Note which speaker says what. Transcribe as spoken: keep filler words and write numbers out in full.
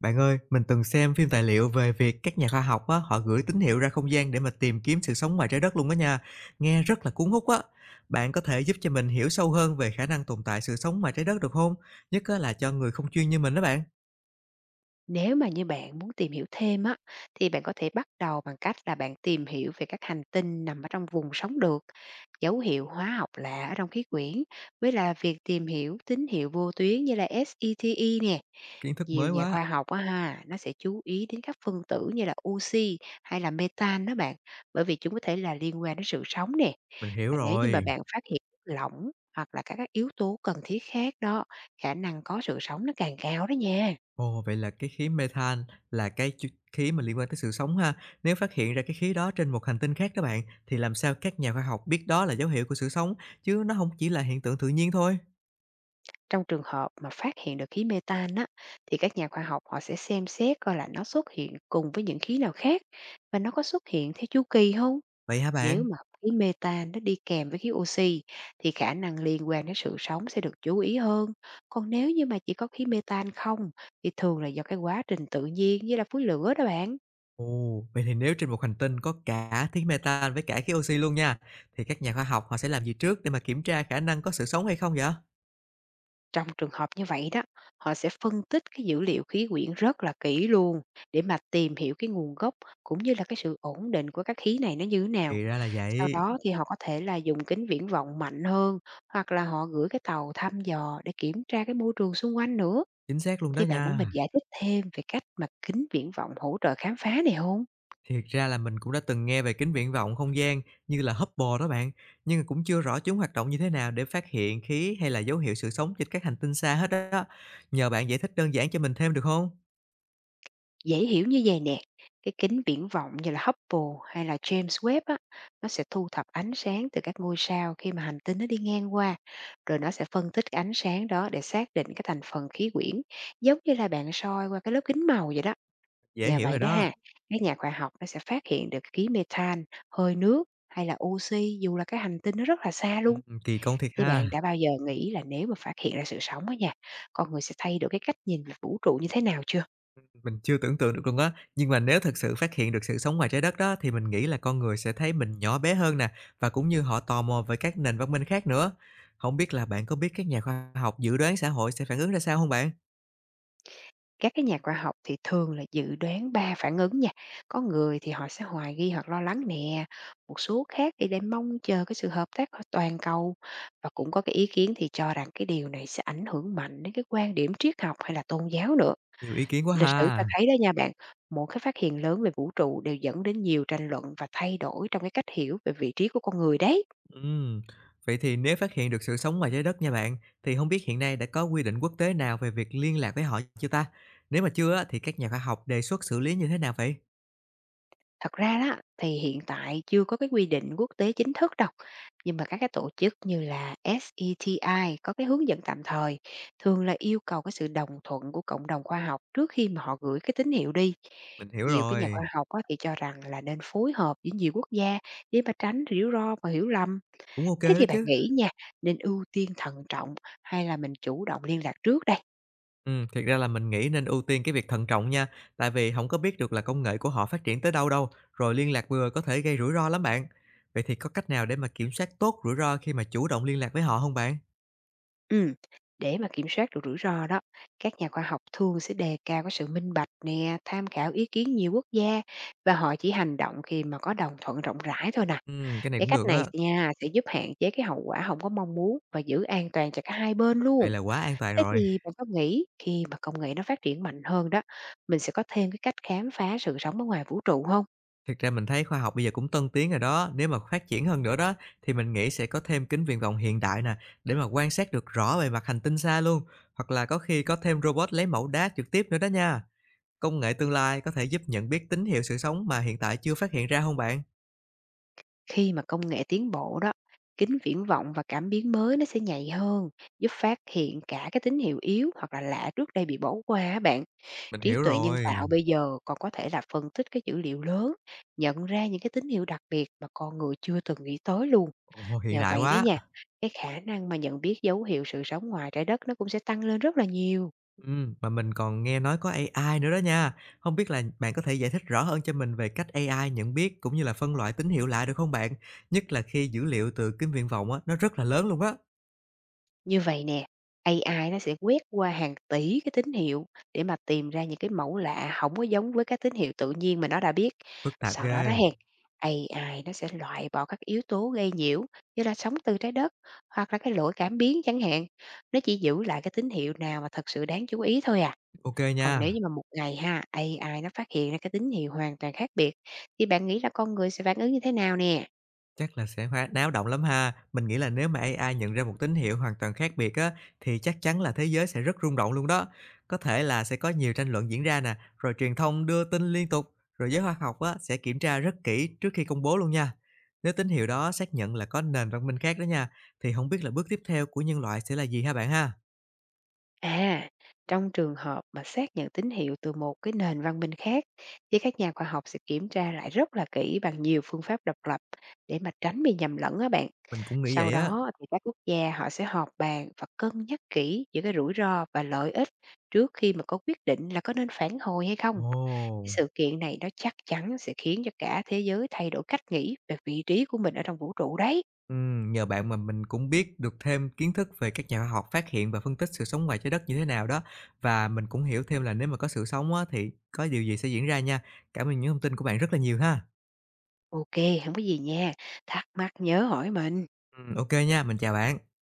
Speaker 1: Bạn ơi, mình từng xem phim tài liệu về việc các nhà khoa học á, họ gửi tín hiệu ra không gian để mà tìm kiếm sự sống ngoài trái đất luôn đó nha. Nghe rất là cuốn hút á. Bạn có thể giúp cho mình hiểu sâu hơn về khả năng tồn tại sự sống ngoài trái đất được không? Nhất á, là cho người không chuyên như mình đó bạn.
Speaker 2: Nếu mà như bạn muốn tìm hiểu thêm á, thì bạn có thể bắt đầu bằng cách là bạn tìm hiểu về các hành tinh nằm ở trong vùng sống được, dấu hiệu hóa học lạ ở trong khí quyển, với là việc tìm hiểu tín hiệu vô tuyến như là ét e tê e nè.
Speaker 1: Kiến thức
Speaker 2: Nhiều
Speaker 1: mới
Speaker 2: nhà
Speaker 1: quá.
Speaker 2: khoa học á ha, nó sẽ chú ý đến các phân tử như là oxy hay là metan đó bạn, bởi vì chúng có thể là liên quan đến sự sống nè.
Speaker 1: Mình hiểu
Speaker 2: Và nếu như mà
Speaker 1: rồi.
Speaker 2: bạn phát hiện chất lỏng hoặc là các, các yếu tố cần thiết khác đó, khả năng có sự sống nó càng cao đó nha.
Speaker 1: Ồ, vậy là cái khí methane là cái chu- khí mà liên quan tới sự sống ha. Nếu phát hiện ra cái khí đó trên một hành tinh khác đó bạn, thì làm sao các nhà khoa học biết đó là dấu hiệu của sự sống, chứ nó không chỉ là hiện tượng tự nhiên thôi.
Speaker 2: Trong trường hợp mà phát hiện được khí metan á, thì các nhà khoa học họ sẽ xem xét coi là nó xuất hiện cùng với những khí nào khác và nó có xuất hiện theo chu kỳ không.
Speaker 1: Vậy hả
Speaker 2: Nếu
Speaker 1: bạn?
Speaker 2: mà khí metan nó đi kèm với khí oxy thì khả năng liên quan đến sự sống sẽ được chú ý hơn. Còn nếu như mà chỉ có khí metan không thì thường là do cái quá trình tự nhiên như là phối lửa đó bạn.
Speaker 1: Ồ, vậy thì nếu trên một hành tinh có cả khí methane với cả khí oxy luôn nha, thì các nhà khoa học họ sẽ làm gì trước để mà kiểm tra khả năng có sự sống hay không vậy?
Speaker 2: Trong trường hợp như vậy đó, họ sẽ phân tích cái dữ liệu khí quyển rất là kỹ luôn để mà tìm hiểu cái nguồn gốc cũng như là cái sự ổn định của các khí này nó như thế nào.
Speaker 1: Thì ra là
Speaker 2: Sau
Speaker 1: vậy,
Speaker 2: đó thì họ có thể là dùng kính viễn vọng mạnh hơn hoặc là họ gửi cái tàu thăm dò để kiểm tra cái môi trường xung quanh nữa.
Speaker 1: chính xác luôn đó
Speaker 2: Thì bạn muốn mình
Speaker 1: nha.
Speaker 2: giải thích thêm về cách mà kính viễn vọng hỗ trợ khám phá này không?
Speaker 1: Thiệt ra là mình cũng đã từng nghe về kính viễn vọng không gian như là Hubble đó bạn, nhưng mà cũng chưa rõ chúng hoạt động như thế nào để phát hiện khí hay là dấu hiệu sự sống trên các hành tinh xa hết đó. Nhờ bạn giải thích đơn giản cho mình thêm được không?
Speaker 2: Dễ hiểu như vậy nè, cái kính viễn vọng như là Hubble hay là James Webb á, nó sẽ thu thập ánh sáng từ các ngôi sao khi mà hành tinh nó đi ngang qua, rồi nó sẽ phân tích cái ánh sáng đó để xác định cái thành phần khí quyển, giống như là bạn soi qua cái lớp kính màu vậy đó.
Speaker 1: Dễ
Speaker 2: Nhờ
Speaker 1: hiểu rồi
Speaker 2: vậy đó
Speaker 1: đó.
Speaker 2: ha, các nhà khoa học nó sẽ phát hiện được khí methane, hơi nước hay là oxy dù là cái hành tinh nó rất là xa
Speaker 1: Ừ,
Speaker 2: luôn.
Speaker 1: kỳ công thiệt
Speaker 2: Thì
Speaker 1: ha.
Speaker 2: bạn đã bao giờ nghĩ là nếu mà phát hiện ra sự sống á nha, con người sẽ thay đổi cái cách nhìn về vũ trụ như thế nào chưa?
Speaker 1: Mình chưa tưởng tượng được luôn á, nhưng mà nếu thực sự phát hiện được sự sống ngoài trái đất đó thì mình nghĩ là con người sẽ thấy mình nhỏ bé hơn nè, và cũng như họ tò mò về các nền văn minh khác nữa. Không biết là bạn có biết các nhà khoa học dự đoán xã hội sẽ phản ứng ra sao không bạn?
Speaker 2: Các cái nhà khoa học thì thường là dự đoán ba phản ứng nha. Có người thì họ sẽ hoài nghi hoặc lo lắng nè, một số khác thì đang mong chờ cái sự hợp tác ở toàn cầu, và cũng có cái ý kiến thì cho rằng cái điều này sẽ ảnh hưởng mạnh đến cái quan điểm triết học hay là tôn giáo nữa.
Speaker 1: Nhiều ý kiến quá
Speaker 2: Lịch sử cho
Speaker 1: ha.
Speaker 2: thấy đó nha bạn, mỗi cái phát hiện lớn về vũ trụ đều dẫn đến nhiều tranh luận và thay đổi trong cái cách hiểu về vị trí của con người đấy.
Speaker 1: Ừm. Vậy thì nếu phát hiện được sự sống ngoài trái đất nha bạn, thì không biết hiện nay đã có quy định quốc tế nào về việc liên lạc với họ chưa ta? Nếu mà chưa á, thì các nhà khoa học đề xuất xử lý như thế nào vậy?
Speaker 2: Thật ra đó thì hiện tại chưa có cái quy định quốc tế chính thức đâu, nhưng mà các cái tổ chức như là se ti có cái hướng dẫn tạm thời, thường là yêu cầu cái sự đồng thuận của cộng đồng khoa học trước khi mà họ gửi cái tín hiệu đi.
Speaker 1: Mình hiểu
Speaker 2: Nhiều cái nhà
Speaker 1: rồi,
Speaker 2: khoa học á, thì cho rằng là nên phối hợp với nhiều quốc gia để mà tránh rủi ro và hiểu lầm.
Speaker 1: cũng ok
Speaker 2: Thế
Speaker 1: đó
Speaker 2: thì bạn
Speaker 1: chứ.
Speaker 2: nghĩ nha, nên ưu tiên thận trọng hay là mình chủ động liên lạc trước đây?
Speaker 1: Ừm, thiệt ra là mình nghĩ nên ưu tiên cái việc thận trọng nha, tại vì không có biết được là công nghệ của họ phát triển tới đâu đâu, rồi liên lạc vừa có thể gây rủi ro lắm bạn. Vậy thì có cách nào để mà kiểm soát tốt rủi ro khi mà chủ động liên lạc với họ không bạn?
Speaker 2: Ừm, để mà kiểm soát được rủi ro đó, các nhà khoa học thường sẽ đề cao cái sự minh bạch nè, tham khảo ý kiến nhiều quốc gia và họ chỉ hành động khi mà có đồng thuận rộng rãi thôi nè.
Speaker 1: Ừm, cái này
Speaker 2: Cái
Speaker 1: cũng
Speaker 2: cách
Speaker 1: được
Speaker 2: này
Speaker 1: á,
Speaker 2: nha sẽ giúp hạn chế cái hậu quả không có mong muốn và giữ an toàn cho cả hai bên
Speaker 1: vậy
Speaker 2: luôn.
Speaker 1: là quá an toàn
Speaker 2: Thế
Speaker 1: rồi.
Speaker 2: thì bạn có nghĩ khi mà công nghệ nó phát triển mạnh hơn đó, mình sẽ có thêm cái cách khám phá sự sống ở ngoài vũ trụ không?
Speaker 1: Thực ra mình thấy khoa học bây giờ cũng tân tiến rồi đó, nếu mà phát triển hơn nữa đó, thì mình nghĩ sẽ có thêm kính viễn vọng hiện đại nè, để mà quan sát được rõ bề mặt hành tinh xa luôn, hoặc là có khi có thêm robot lấy mẫu đá trực tiếp nữa đó nha. Công nghệ tương lai có thể giúp nhận biết tín hiệu sự sống mà hiện tại chưa phát hiện ra không bạn?
Speaker 2: Khi mà công nghệ tiến bộ đó, kính viễn vọng và cảm biến mới nó sẽ nhạy hơn, giúp phát hiện cả cái tín hiệu yếu hoặc là lạ trước đây bị bỏ qua á bạn.
Speaker 1: Mình
Speaker 2: Trí
Speaker 1: hiểu
Speaker 2: tuệ nhân
Speaker 1: rồi.
Speaker 2: tạo bây giờ còn có thể là phân tích cái dữ liệu lớn, nhận ra những cái tín hiệu đặc biệt mà con người chưa từng nghĩ tới luôn.
Speaker 1: Ồ, hiện
Speaker 2: Nhờ
Speaker 1: đại
Speaker 2: vậy đó
Speaker 1: quá.
Speaker 2: nha, cái khả năng mà nhận biết dấu hiệu sự sống ngoài trái đất nó cũng sẽ tăng lên rất là nhiều.
Speaker 1: Ừm, mà mình còn nghe nói có a i nữa đó nha. Không biết là bạn có thể giải thích rõ hơn cho mình về cách a i nhận biết cũng như là phân loại tín hiệu lạ được không bạn? Nhất là khi dữ liệu từ kính viễn vọng á, nó rất là lớn luôn á.
Speaker 2: Như vậy nè, a i nó sẽ quét qua hàng tỷ cái tín hiệu để mà tìm ra những cái mẫu lạ không có giống với các tín hiệu tự nhiên mà nó đã biết.
Speaker 1: Phức tạp
Speaker 2: Sau đó đó
Speaker 1: ghê.
Speaker 2: hén, a i nó sẽ loại bỏ các yếu tố gây nhiễu như là sóng từ trái đất hoặc là cái lỗi cảm biến chẳng hạn. Nó chỉ giữ lại cái tín hiệu nào mà thật sự đáng chú ý thôi à.
Speaker 1: Ok
Speaker 2: Còn nếu như
Speaker 1: nha.
Speaker 2: mà một ngày ha, a i nó phát hiện ra cái tín hiệu hoàn toàn khác biệt thì bạn nghĩ là con người sẽ phản ứng như thế nào nè?
Speaker 1: Chắc là sẽ hoa náo động lắm ha. Mình nghĩ là nếu mà a i nhận ra một tín hiệu hoàn toàn khác biệt á, thì chắc chắn là thế giới sẽ rất rung động luôn đó. Có thể là sẽ có nhiều tranh luận diễn ra nè, rồi truyền thông đưa tin liên tục, rồi giới khoa học á, sẽ kiểm tra rất kỹ trước khi công bố luôn nha. Nếu tín hiệu đó xác nhận là có nền văn minh khác đó nha, thì không biết là bước tiếp theo của nhân loại sẽ là gì ha bạn ha?
Speaker 2: À, trong trường hợp mà xác nhận tín hiệu từ một cái nền văn minh khác thì các nhà khoa học sẽ kiểm tra lại rất là kỹ bằng nhiều phương pháp độc lập để mà tránh bị nhầm lẫn á bạn.
Speaker 1: Mình cũng nghĩ
Speaker 2: Sau
Speaker 1: vậy á.
Speaker 2: đó thì các quốc gia họ sẽ họp bàn và cân nhắc kỹ giữa cái rủi ro và lợi ích trước khi mà có quyết định là có nên phản hồi hay không. Cái
Speaker 1: Ồ.
Speaker 2: sự kiện này nó chắc chắn sẽ khiến cho cả thế giới thay đổi cách nghĩ về vị trí của mình ở trong vũ trụ đấy.
Speaker 1: Ừm, nhờ bạn mà mình cũng biết được thêm kiến thức về các nhà khoa học phát hiện và phân tích sự sống ngoài trái đất như thế nào đó. Và mình cũng hiểu thêm là nếu mà có sự sống á, thì có điều gì sẽ diễn ra nha. Cảm ơn những thông tin của bạn rất là nhiều ha.
Speaker 2: Ok, không có gì nha. Thắc mắc nhớ hỏi mình.
Speaker 1: Ừm, ô nha, mình chào bạn.